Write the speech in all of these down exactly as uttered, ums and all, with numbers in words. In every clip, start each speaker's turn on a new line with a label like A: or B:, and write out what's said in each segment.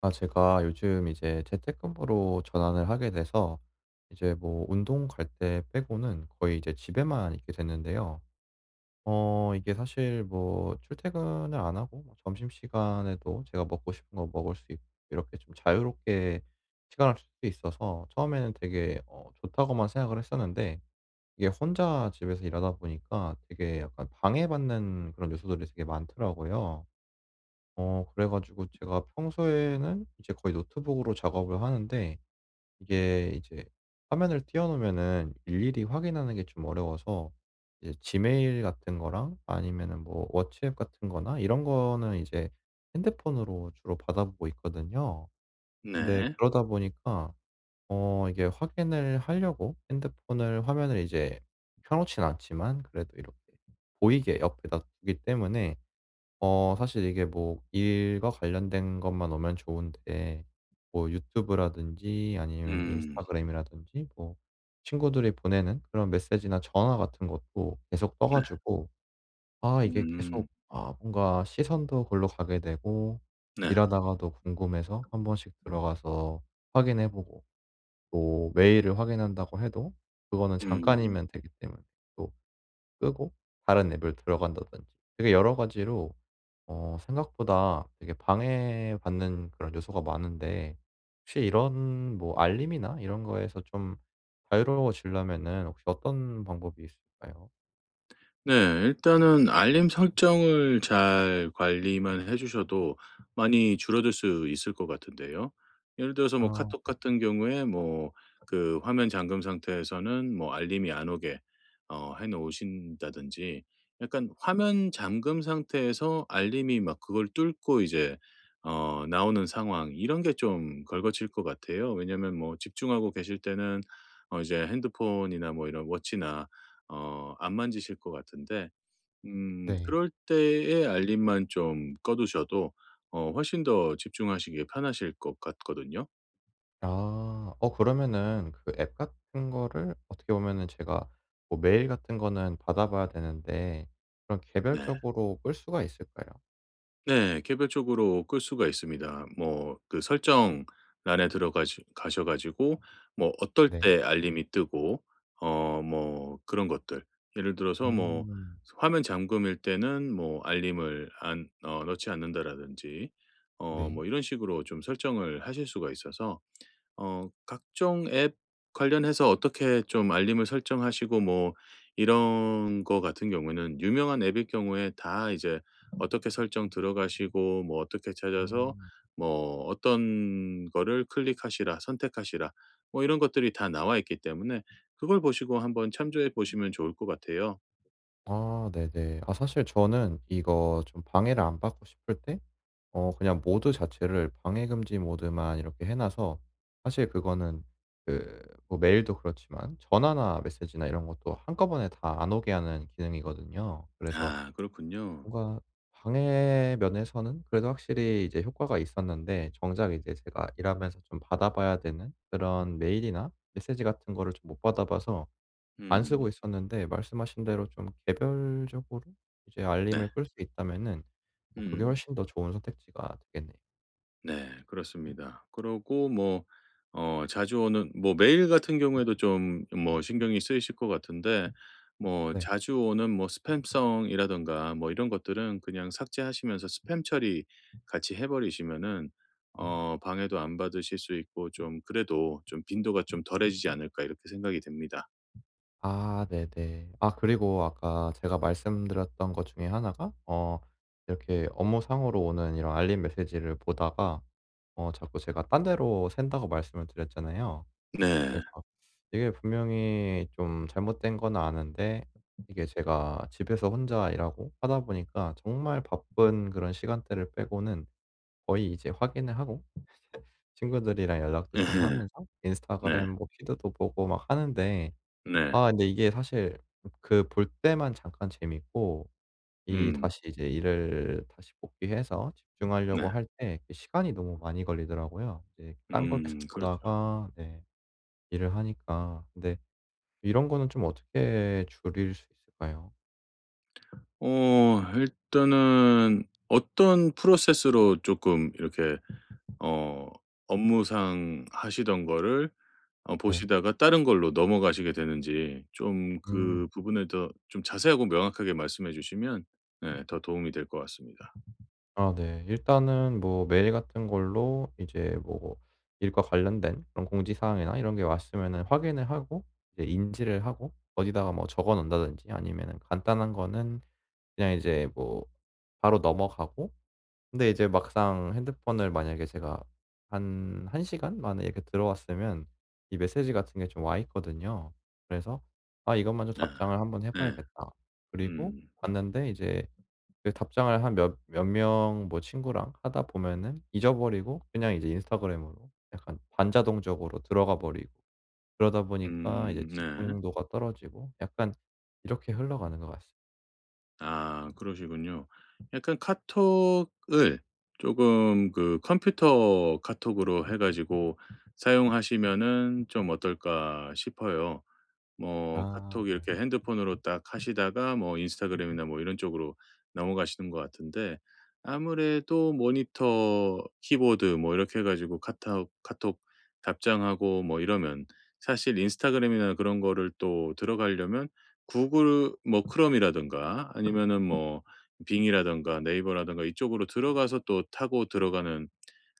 A: 아, 제가 요즘 이제 재택근무로 전환을 하게 돼서 이제 뭐 운동 갈 때 빼고는 거의 이제 집에만 있게 됐는데요. 어, 이게 사실 뭐 출퇴근을 안 하고 뭐 점심시간에도 제가 먹고 싶은 거 먹을 수 있고 이렇게 좀 자유롭게 시간을 쓸 수 있어서 처음에는 되게 어, 좋다고만 생각을 했었는데, 이게 혼자 집에서 일하다 보니까 되게 약간 방해받는 그런 요소들이 되게 많더라고요. 어 그래 가지고 제가 평소에는 이제 거의 노트북으로 작업을 하는데, 이게 이제 화면을 띄워 놓으면은 일일이 확인하는 게 좀 어려워서 이제 지메일 같은 거랑 아니면은 뭐 워치앱 같은 거나 이런 거는 이제 핸드폰으로 주로 받아보고 있거든요. 근데
B: 네.
A: 그러다 보니까 어 이게 확인을 하려고 핸드폰을 화면을 이제 펴 놓진 않지만 그래도 이렇게 보이게 옆에다 두기 때문에, 어 사실 이게 뭐 일과 관련된 것만 오면 좋은데, 뭐 유튜브라든지 아니면
B: 음.
A: 인스타그램이라든지 뭐 친구들이 보내는 그런 메시지나 전화 같은 것도 계속 떠
B: 네.
A: 가지고, 아 이게
B: 음.
A: 계속, 아 뭔가 시선도 골로 가게 되고,
B: 네.
A: 일하다가도 궁금해서 한 번씩 들어가서 확인해 보고, 또 메일을 확인한다고 해도 그거는
B: 음.
A: 잠깐이면 되기 때문에 또 끄고 다른 앱을 들어간다든지, 되게 여러 가지로 어 생각보다 되게 방해받는 그런 요소가 많은데, 혹시 이런 뭐 알림이나 이런 거에서 좀 자유로워지려면은 혹시 어떤 방법이 있을까요?
B: 네. 일단은 알림 설정을 잘 관리만 해 주셔도 많이 줄어들 수 있을 것 같은데요. 예를 들어서 뭐
A: 아
B: 카톡
A: 네.
B: 같은 경우에 뭐 그 화면 잠금 상태에서는 뭐 알림이 안 오게 어 해 놓으신다든지 약간 화면 잠금 상태에서 알림이 막 그걸 뚫고 이제 어 나오는 상황 이런 게 좀 걸거칠 것 같아요. 왜냐면 뭐 집중하고 계실 때는 어 이제 핸드폰이나 뭐 이런 워치나 어 안 만지실 것 같은데 음
A: 네.
B: 그럴 때의 알림만 좀 꺼 두셔도 어 훨씬 더 집중하시기에 편하실 것 같거든요.
A: 아. 어 그러면은 그 앱 같은 거를 어떻게 보면은 제가 뭐 메일 같은 거는 받아 봐야 되는데, 그럼
B: 네.
A: 개별적으로 끌 수가 있을까요?
B: 네. 개별적으로 끌 수가 있습니다. 뭐 그 설정란에 들어가 가셔 가지고 뭐 어떨
A: 네.
B: 때 알림이 뜨고 어 뭐 그런 것들 예를 들어서 뭐
A: 음.
B: 화면 잠금일 때는 뭐 알림을 안 어 넣지 않는다라든지 어
A: 네.
B: 뭐 이런 식으로 좀 설정을 하실 수가 있어서 어 각종 앱 관련해서 어떻게 좀 알림을 설정하시고 뭐 이런 거 같은 경우에는 유명한 앱일 경우에 다 이제 어떻게 설정 들어가시고 뭐 어떻게 찾아서
A: 음.
B: 뭐 어떤 거를 클릭하시라, 선택하시라 뭐 이런 것들이 다 나와 있기 때문에 그걸 보시고 한번 참조해 보시면 좋을 것 같아요.
A: 아 네네. 아 사실 저는 이거 좀 방해를 안 받고 싶을 때 어 그냥 모드 자체를 방해 금지 모드만 이렇게 해 놔서, 사실 그거는 그 뭐 메일도 그렇지만 전화나 메시지나 이런 것도 한꺼번에 다 안 오게 하는 기능이거든요. 그래서
B: 아 그렇군요.
A: 뭔가 방해 면에서는 그래도 확실히 이제 효과가 있었는데, 정작 이제 제가 일하면서 좀 받아 봐야 되는 그런 메일이나 메시지 같은 거를 좀 못 받아 봐서 안 쓰고
B: 음.
A: 있었는데, 말씀하신 대로 좀 개별적으로 이제
B: 네.
A: 알림을 끌 수 있다면은 뭐 그게
B: 음음.
A: 훨씬 더 좋은 선택지가 되겠네요.
B: 네. 그렇습니다. 그러고 뭐 어 자주 오는 뭐 메일 같은 경우에도 좀 뭐 신경이 쓰이실 것 같은데 뭐
A: 네.
B: 자주 오는 뭐 스팸성이라든가 뭐 이런 것들은 그냥 삭제하시면서 스팸 처리 같이 해 버리시면은
A: 음.
B: 어 방해도 안 받으실 수 있고 좀 그래도 좀 '빈도가 좀 덜해지지 않을까.' 이렇게 생각이 됩니다.
A: 아 네네. 아 그리고 아까 제가 말씀드렸던 것 중에 하나가 어 이렇게 업무상으로 오는 이런 알림 메시지를 보다가 어 자꾸 제가 딴 데로 샌다고 말씀을 드렸잖아요.
B: 네.
A: 그래서 이게 분명히 좀 잘못된 건 아는데, 이게 제가 집에서 혼자 일하고 하다 보니까 정말 바쁜 그런 시간대를 빼고는 거의 이제 확인을 하고 친구들이랑 연락도 좀
B: 에헤,
A: 하면서
B: 네.
A: 인스타그램 뭐 피드도 보고 막 하는데,
B: 네.
A: 아 근데 이게 사실 그 볼 때만 잠깐 재밌고, 이
B: 음.
A: 다시 이제 일을 다시 복귀해서
B: 네.
A: 집중하려고 할 때 그 시간이 너무 많이 걸리더라고요. 이제 딴 걸
B: 음.
A: 계속
B: 그렇죠.
A: 보다가 네 일을 하니까. 근데 이런 거는 좀 어떻게 줄일 수 있을까요?
B: 어 일단은 어떤 프로세스로 조금 이렇게 어 업무상 하시던 거를 어
A: 네.
B: 보시다가 다른 걸로 넘어가시게 되는지 좀 그
A: 음.
B: 부분을 더 좀 자세하고 명확하게 말씀해 주시면 예 더 도움이 될 것 같습니다.
A: 아 네. 일단은 뭐 메일 같은 걸로 이제 뭐 일과 관련된 그런 공지 사항이나 이런 게 왔으면은 확인을 하고 이제 인지를 하고 어디다가 뭐 적어 놓는다든지 아니면은 간단한 거는 그냥 이제 뭐 바로 넘어가고, 근데 이제 막상 핸드폰을 만약에 제가 한 1 시간 만에 이렇게 들어왔으면 이 메시지 같은 게 좀 와 있거든요. 그래서 '아 이것만 좀
B: 네,
A: 답장을 한번 해
B: 네.
A: 봐야겠다.' 그리고
B: 음.
A: 봤는데, 이제 그 답장을 한 몇 몇 명 뭐 친구랑 하다 보면은 잊어버리고 그냥 이제 인스타그램으로 약간 반자동적으로 들어가 버리고, 그러다 보니까 이제
B: 음 네.
A: 집중도가 떨어지고 약간 이렇게 흘러가는 것 같습니다.
B: 아 그러시군요. 약간 카톡을 조금 그 컴퓨터 카톡으로 해 가지고 사용하시면은 좀 어떨까 싶어요. 뭐
A: 아
B: 카톡
A: 네.
B: 이렇게 핸드폰으로 딱 하시다가 뭐 인스타그램이나 뭐 이런 쪽으로 넘어가시는 것 같은데 아무래도 모니터, 키보드 뭐 이렇게 해 가지고 카톡 카톡 답장하고 뭐 이러면 사실 인스타그램이나 그런 거를 또 들어가려면 구글 뭐 크롬이라든가 아니면은 뭐 빙이라든가 네이버라든가 이쪽으로 들어가서 또 타고 들어가는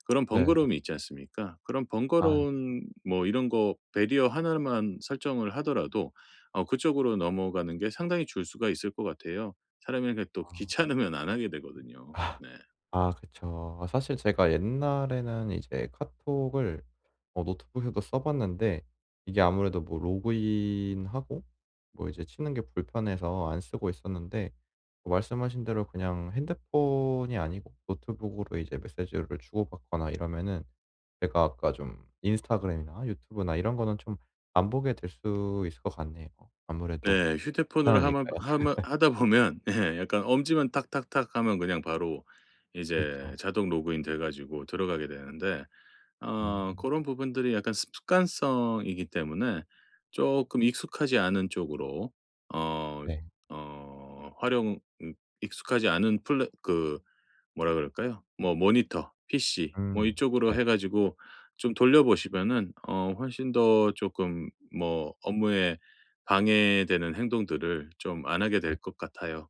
B: 그런
A: 네.
B: 번거로움이 있지 않습니까? 그런
A: 아.
B: 번거로운 뭐 이런 거 배리어 하나만 설정을 하더라도 어 그쪽으로 넘어가는 게 상당히 줄 수가 있을 것 같아요. 사람이 이렇게 또 귀찮으면 안 하게 되거든요.
A: 아.
B: 네.
A: 아 그쵸. 사실 제가 옛날에는 이제 카톡을 어 노트북에도 써 봤는데, 이게 아무래도 뭐 로그인하고 뭐 이제 치는 게 불편해서 안 쓰고 있었는데, 뭐 말씀하신 대로 그냥 핸드폰이 아니고 노트북으로 이제 메시지를 주고받거나 이러면은 제가 아까 좀 인스타그램이나 유튜브나 이런 거는 좀 안 보게 될 수 있을 것 같네요. 아무래도
B: 네. 휴대폰으로 하마
A: 귀찮으니까요.
B: 하마 하다 보면 예 약간 엄지만 탁탁탁 하면 그냥 바로 이제
A: 그쵸.
B: 자동 로그인 돼 가지고 들어가게 되는데
A: 음
B: 어 그런 부분들이 약간 습관성이기 때문에 조금 익숙하지 않은 쪽으로 어
A: 네.
B: 어 활용 음 익숙하지 않은 플랫 그 뭐라 그럴까요? 뭐 모니터, 피씨 뭐
A: 음
B: 이쪽으로 해
A: 네
B: 가지고 좀 돌려보시면은 어 훨씬 더 조금 뭐 업무에 방해되는 행동들을 좀 안 하게 될 것 같아요.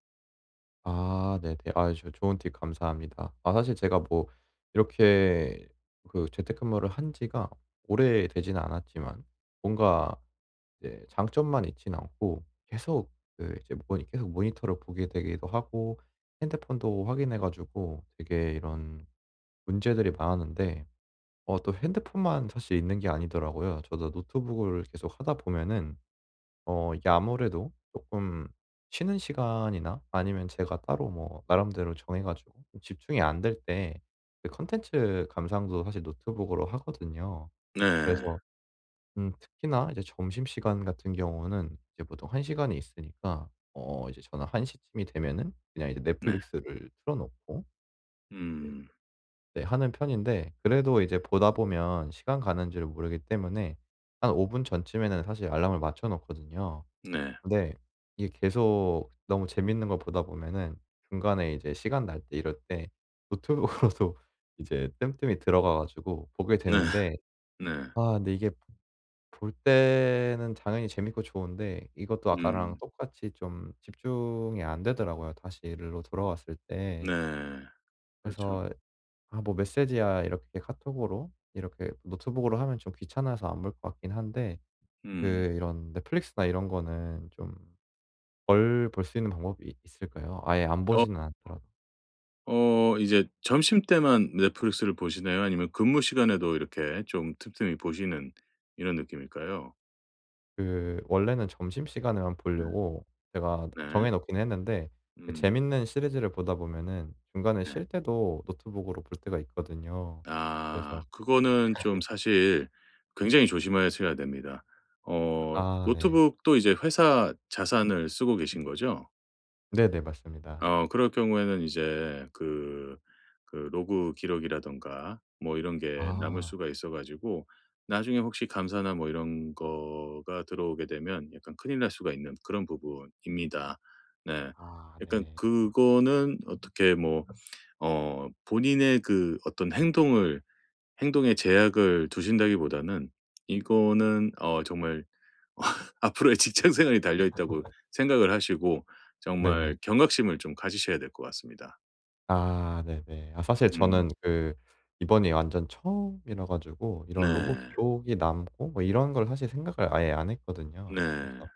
A: 아 네네. 아 저 좋은 팁 감사합니다. 아 사실 제가 뭐 이렇게 그 재택근무를 한 지가 오래되지는 않았지만 뭔가 이제 장점만 있진 않고 계속 그 이제 모니 계속 모니터를 보게 되기도 하고 핸드폰도 확인해 가지고 되게 이런 문제들이 많았는데, 어 또 핸드폰만 사실 있는 게 아니더라고요. 저도 노트북을 계속 하다 보면은 어 이게 아무래도 조금 쉬는 시간이나 아니면 제가 따로 뭐 나름대로 정해 가지고 좀 집중이 안 될 때 그 콘텐츠 감상도 사실 노트북으로 하거든요.
B: 네.
A: 그래서 음 특히나 이제 점심시간 같은 경우는 이제 보통 한 시간이 있으니까 어 이제 저는 한 시쯤이 되면은 그냥 이제
B: 네.
A: 넷플릭스를 틀어 놓고 이제
B: 음.
A: 네 하는 편인데, 그래도 이제 보다 보면 시간 가는 줄 모르기 때문에 한 오 분 전쯤에는 사실 알람을 맞춰 놓거든요.
B: 네.
A: 근데 이게 계속 너무 재밌는 걸 보다 보면은 중간에 이제 시간 날 때 이럴 때 노트북으로도 이제 뜸뜸이 들어가 가지고 보게
B: 네.
A: 되는데,
B: 네.
A: 아 근데 이게 볼 때는 당연히 재밌고 좋은데 이것도 아까랑
B: 음.
A: 똑같이 좀 집중이 안 되더라고요, 다시 일로 돌아왔을 때.
B: 네. 그렇죠.
A: 그래서 '아 뭐 메시지야.' 이렇게 카톡으로 이렇게 노트북으로 하면 좀 귀찮아서 안 볼 것 같긴 한데,
B: 음.
A: 그 이런 넷플릭스나 이런 거는 좀 덜 볼 수 있는 방법이 있- 있을까요? 아예 안
B: 어
A: 보지는 않더라도.
B: 어 이제 점심때만 넷플릭스를 보시나요? 아니면 근무 시간에도 이렇게 좀 틈틈이 보시는 이런 느낌일까요?
A: 그 원래는 점심시간에만
B: 네.
A: 보려고 제가
B: 네.
A: 정해 놓긴 했는데 그
B: 음
A: 재밌는 시리즈를 보다 보면은 중간에
B: 네.
A: 쉴 때도 노트북으로 볼 때가 있거든요.
B: 아
A: 그래서
B: 그거는 좀 사실 굉장히 조심하셔야 됩니다. 어
A: 아 네.
B: 노트북도 이제 회사 자산을 쓰고 계신 거죠?
A: 네네. 맞습니다.
B: 어 그럴 경우에는 이제 그 그 로그 기록이라든가 뭐 이런 게 남을
A: 아.
B: 수가 있어 가지고 나중에 혹시 감사나 뭐 이런 거가 들어오게 되면 약간 큰일 날 수가 있는 그런 부분입니다. 네.
A: 아
B: 약간
A: 네.
B: 그거는 어떻게 뭐 어 본인의 그 어떤 행동을 행동에 제약을 두신다기보다는 이거는 어 정말 앞으로의 직장 생활이 달려 있다고 생각을 하시고
A: 네네.
B: 정말 경각심을 좀 가지셔야 될 것 같습니다.
A: 아 네네. 아 사실
B: 음.
A: 저는 그 이번이 완전 처음이라 가지고 이런 로그
B: 네.
A: 기록이 남고 뭐 이런 걸 사실 생각을 아예 안 했거든요. 그래서
B: 네.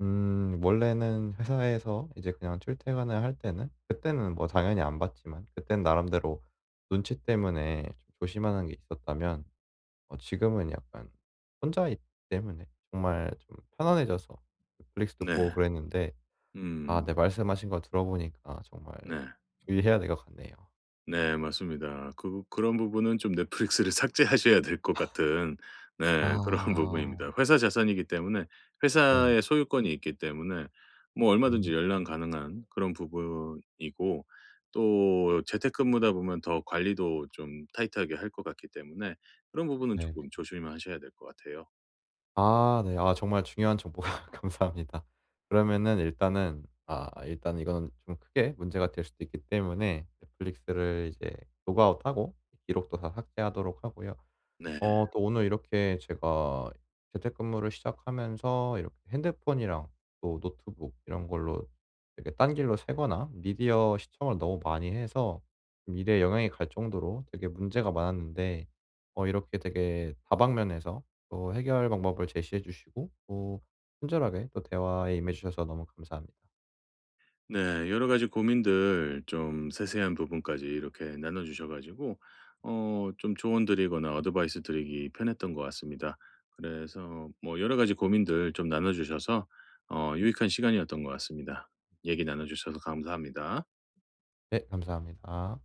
A: 음 원래는 회사에서 이제 그냥 출퇴근을 할 때는 그때는 뭐 당연히 안 봤지만 그땐 나름대로 눈치 때문에 좀 조심하는 게 있었다면 어 지금은 약간 혼자 있기 때문에 정말 좀 편안해져서 넷플릭스도
B: 네.
A: 보고 그랬는데, 아
B: 음.
A: 네 말씀하신 거 들어보니까 정말
B: 네.
A: 좀 주의해야 될 것 같네요.
B: 네 맞습니다. 그 그런 부분은 좀 넷플릭스를 삭제하셔야 될 것 같은 네 그런
A: 아
B: 부분입니다. 회사 자산이기 때문에
A: 네네.
B: 회사의 소유권이 있기 때문에 뭐 얼마든지
A: 음
B: 열람 가능한 그런 부분이고 또 재택근무다 보면 더 관리도 좀 타이트하게 할 것 같기 때문에 그런 부분은
A: 네.
B: 조금 조심하셔야 될 것 같아요.
A: 아 네. 아 정말 중요한 정보가 감사합니다. 그러면은 일단은 아 일단은 이건 좀 크게 문제가 될 수도 있기 때문에 넷플릭스를 이제 로그아웃하고 기록도 다 삭제하도록 하고요.
B: 네.
A: 어 또 오늘 이렇게 제가 재택근무를 시작하면서 이렇게 핸드폰이랑 또 노트북 이런 걸로 되게 딴 길로 새거나 미디어 시청을 너무 많이 해서 좀 일에 영향이 갈 정도로 되게 문제가 많았는데, 어 이렇게 되게 다방면에서 또 해결 방법을 제시해 주시고 또 친절하게 또 대화에 임해 주셔서 너무 감사합니다.
B: 네. 여러 가지 고민들 좀 세세한 부분까지 이렇게 나눠 주셔 가지고 어 좀 조언 드리거나 어드바이스 드리기 편했던 것 같습니다. 그래서 뭐 여러 가지 고민들 좀 나눠 주셔서 어 유익한 시간이었던 것 같습니다. 얘기 나눠 주셔서 감사합니다.
A: 네 감사합니다.